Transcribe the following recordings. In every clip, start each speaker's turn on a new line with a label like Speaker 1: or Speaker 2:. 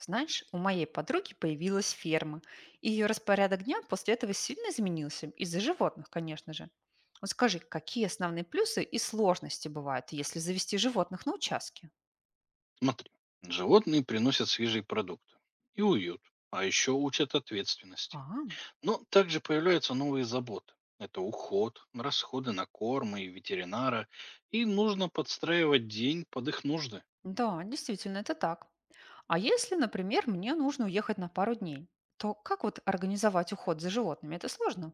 Speaker 1: Знаешь, у моей подруги появилась ферма, и ее распорядок дня после этого сильно изменился, из-за животных, конечно же. Вот скажи, какие основные плюсы и сложности бывают, если завести животных на участке?
Speaker 2: Смотри, животные приносят свежие продукты и уют, а еще учат
Speaker 1: А,
Speaker 2: ответственности. Но также появляются новые заботы. Это уход, расходы на корм и ветеринара, и нужно подстраивать день под их нужды.
Speaker 1: да, действительно, это так. А если, например, мне нужно уехать на пару дней, то как вот организовать уход за животными? Это сложно?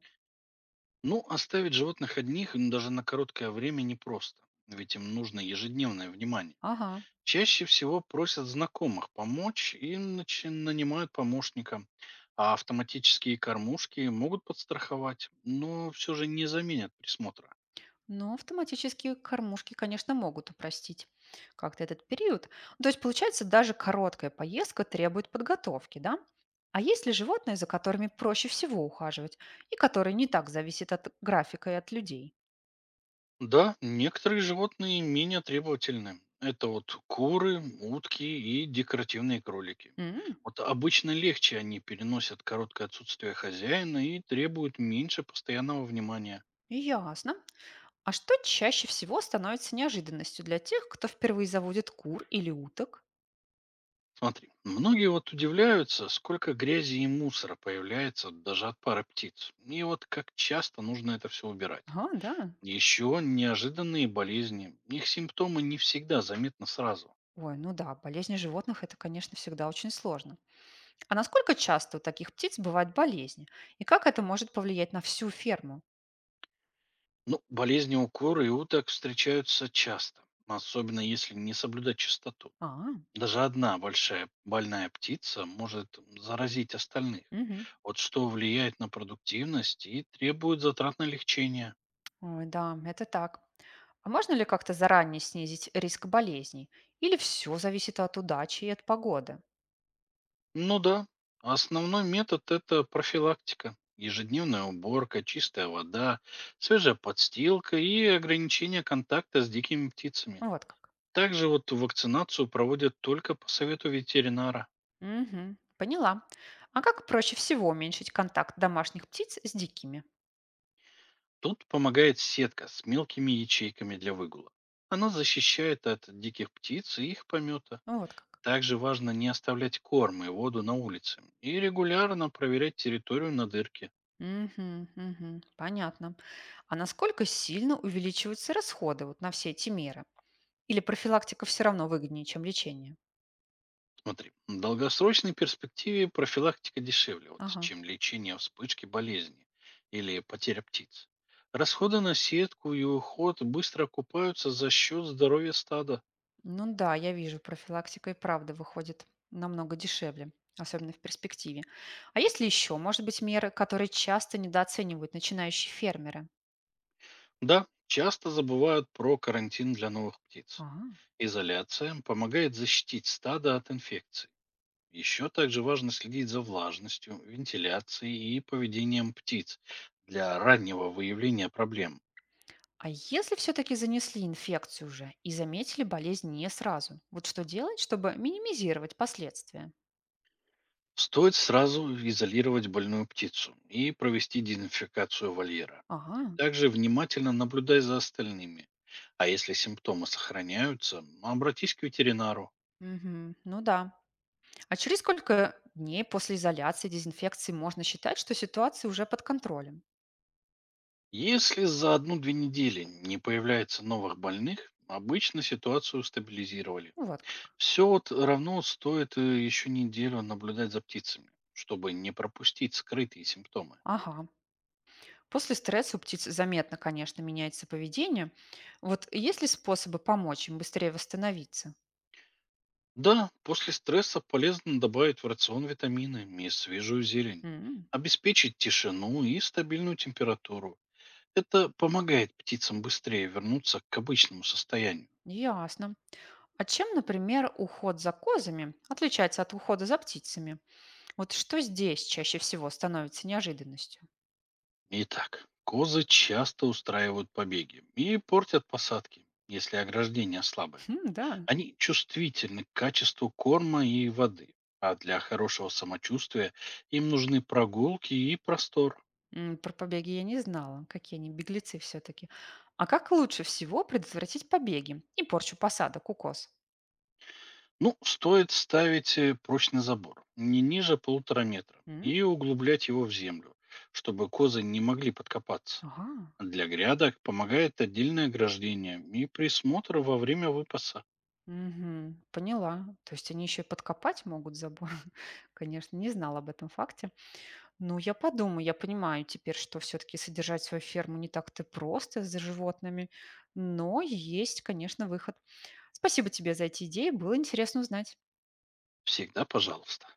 Speaker 2: Ну, оставить животных одних даже на короткое время непросто, ведь им нужно ежедневное внимание.
Speaker 1: Ага.
Speaker 2: Чаще всего просят знакомых помочь и нанимают помощника. А автоматические кормушки могут подстраховать, но все же не заменят присмотра.
Speaker 1: Но автоматические кормушки, конечно, могут упростить как-то этот период. Ну, то есть, получается, даже короткая поездка требует подготовки, да? А есть ли животные, за которыми проще всего ухаживать и которые не так зависят от графика и от людей?
Speaker 2: Да, некоторые животные менее требовательны. Это вот куры, утки и декоративные кролики.
Speaker 1: М,
Speaker 2: Вот обычно легче они переносят короткое отсутствие хозяина и требуют меньше постоянного внимания.
Speaker 1: ясно. А что чаще всего становится неожиданностью для тех, кто впервые заводит кур или уток?
Speaker 2: Смотри, многие вот удивляются, сколько грязи и мусора появляется даже от пары птиц. И вот как часто нужно это все убирать.
Speaker 1: А, да.
Speaker 2: Еще неожиданные болезни. Их симптомы не всегда заметны сразу.
Speaker 1: Ой, ну да, болезни животных — это, конечно, всегда очень сложно. А насколько часто у таких птиц бывают болезни? И как это может повлиять на всю ферму?
Speaker 2: Ну, болезни у кур и уток встречаются часто, особенно если не соблюдать чистоту.
Speaker 1: А,
Speaker 2: Даже одна большая больная птица может заразить остальных.
Speaker 1: мгм.
Speaker 2: Вот что влияет на продуктивность и требует затрат на лечение.
Speaker 1: Ой, да, это так. А можно ли как-то заранее снизить риск болезней? Или все зависит от удачи и от погоды?
Speaker 2: Ну да, основной метод– это профилактика. Ежедневная уборка, чистая вода, свежая подстилка и ограничение контакта с дикими птицами.
Speaker 1: Ну, вот как.
Speaker 2: Также вот вакцинацию проводят только по совету ветеринара.
Speaker 1: Мгм. Поняла. А как проще всего уменьшить контакт домашних птиц с дикими?
Speaker 2: Тут помогает сетка с мелкими ячейками для выгула. Она защищает от диких птиц и их помета.
Speaker 1: Ну, вот как.
Speaker 2: Также важно не оставлять корм и воду на улице и регулярно проверять территорию на дырке.
Speaker 1: Мгм, мгм. Понятно. А насколько сильно увеличиваются расходы вот на все эти меры? Или профилактика все равно выгоднее, чем лечение?
Speaker 2: Смотри, в долгосрочной перспективе профилактика дешевле, вот,
Speaker 1: Ага.
Speaker 2: чем лечение вспышки болезни или потеря птиц. Расходы на сетку и уход быстро окупаются за счет здоровья стада.
Speaker 1: Ну да, я вижу, профилактика и правда выходит намного дешевле, особенно в перспективе. А есть ли еще, может быть, меры, которые часто недооценивают начинающие фермеры?
Speaker 2: Да, часто забывают про карантин для новых
Speaker 1: А,
Speaker 2: птиц. Изоляция помогает защитить стадо от инфекций. Еще также важно следить за влажностью, вентиляцией и поведением птиц для раннего выявления проблем.
Speaker 1: а если все-таки занесли инфекцию уже и заметили болезнь не сразу, вот что делать, чтобы минимизировать последствия?
Speaker 2: Стоит сразу изолировать больную птицу и провести дезинфекцию вольера.
Speaker 1: Ага,
Speaker 2: Также внимательно наблюдай за остальными. А если симптомы сохраняются, обратись к ветеринару.
Speaker 1: мгм, ну да. А через сколько дней после изоляции, дезинфекции можно считать, что ситуация уже под контролем?
Speaker 2: Если за одну-две недели не появляется новых больных, обычно ситуацию стабилизировали.
Speaker 1: Ну вот как.
Speaker 2: Все вот равно стоит еще неделю наблюдать за птицами, чтобы не пропустить скрытые симптомы.
Speaker 1: Ага. После стресса у птиц заметно, конечно, меняется поведение. Вот есть ли способы помочь им быстрее восстановиться?
Speaker 2: Да, после стресса полезно добавить в рацион витамины и свежую зелень,
Speaker 1: М,
Speaker 2: обеспечить тишину и стабильную температуру. Это помогает птицам быстрее вернуться к обычному состоянию.
Speaker 1: ясно. А чем, например, уход за козами отличается от ухода за птицами? Вот что здесь чаще всего становится неожиданностью?
Speaker 2: Итак, козы часто устраивают побеги и портят посадки, если ограждение слабое.
Speaker 1: Хм, да.
Speaker 2: Они чувствительны к качеству корма и воды, а для хорошего самочувствия им нужны прогулки и простор.
Speaker 1: М, про побеги я не знала, какие они беглецы все-таки. А как лучше всего предотвратить побеги и порчу посадок у коз?
Speaker 2: Ну, стоит ставить прочный забор, не ниже полутора метра,
Speaker 1: М,
Speaker 2: и углублять его в землю, чтобы козы не могли подкопаться.
Speaker 1: ага.
Speaker 2: Для грядок помогает отдельное ограждение и присмотр во время выпаса.
Speaker 1: Мгм. Поняла. То есть они еще и подкопать могут забор. Конечно, не знала об этом факте. Ну, я понимаю теперь, что все-таки содержать свою ферму не так-то просто за животными, но есть, конечно, выход. Спасибо тебе за эти идеи, было интересно узнать.
Speaker 2: Всегда пожалуйста.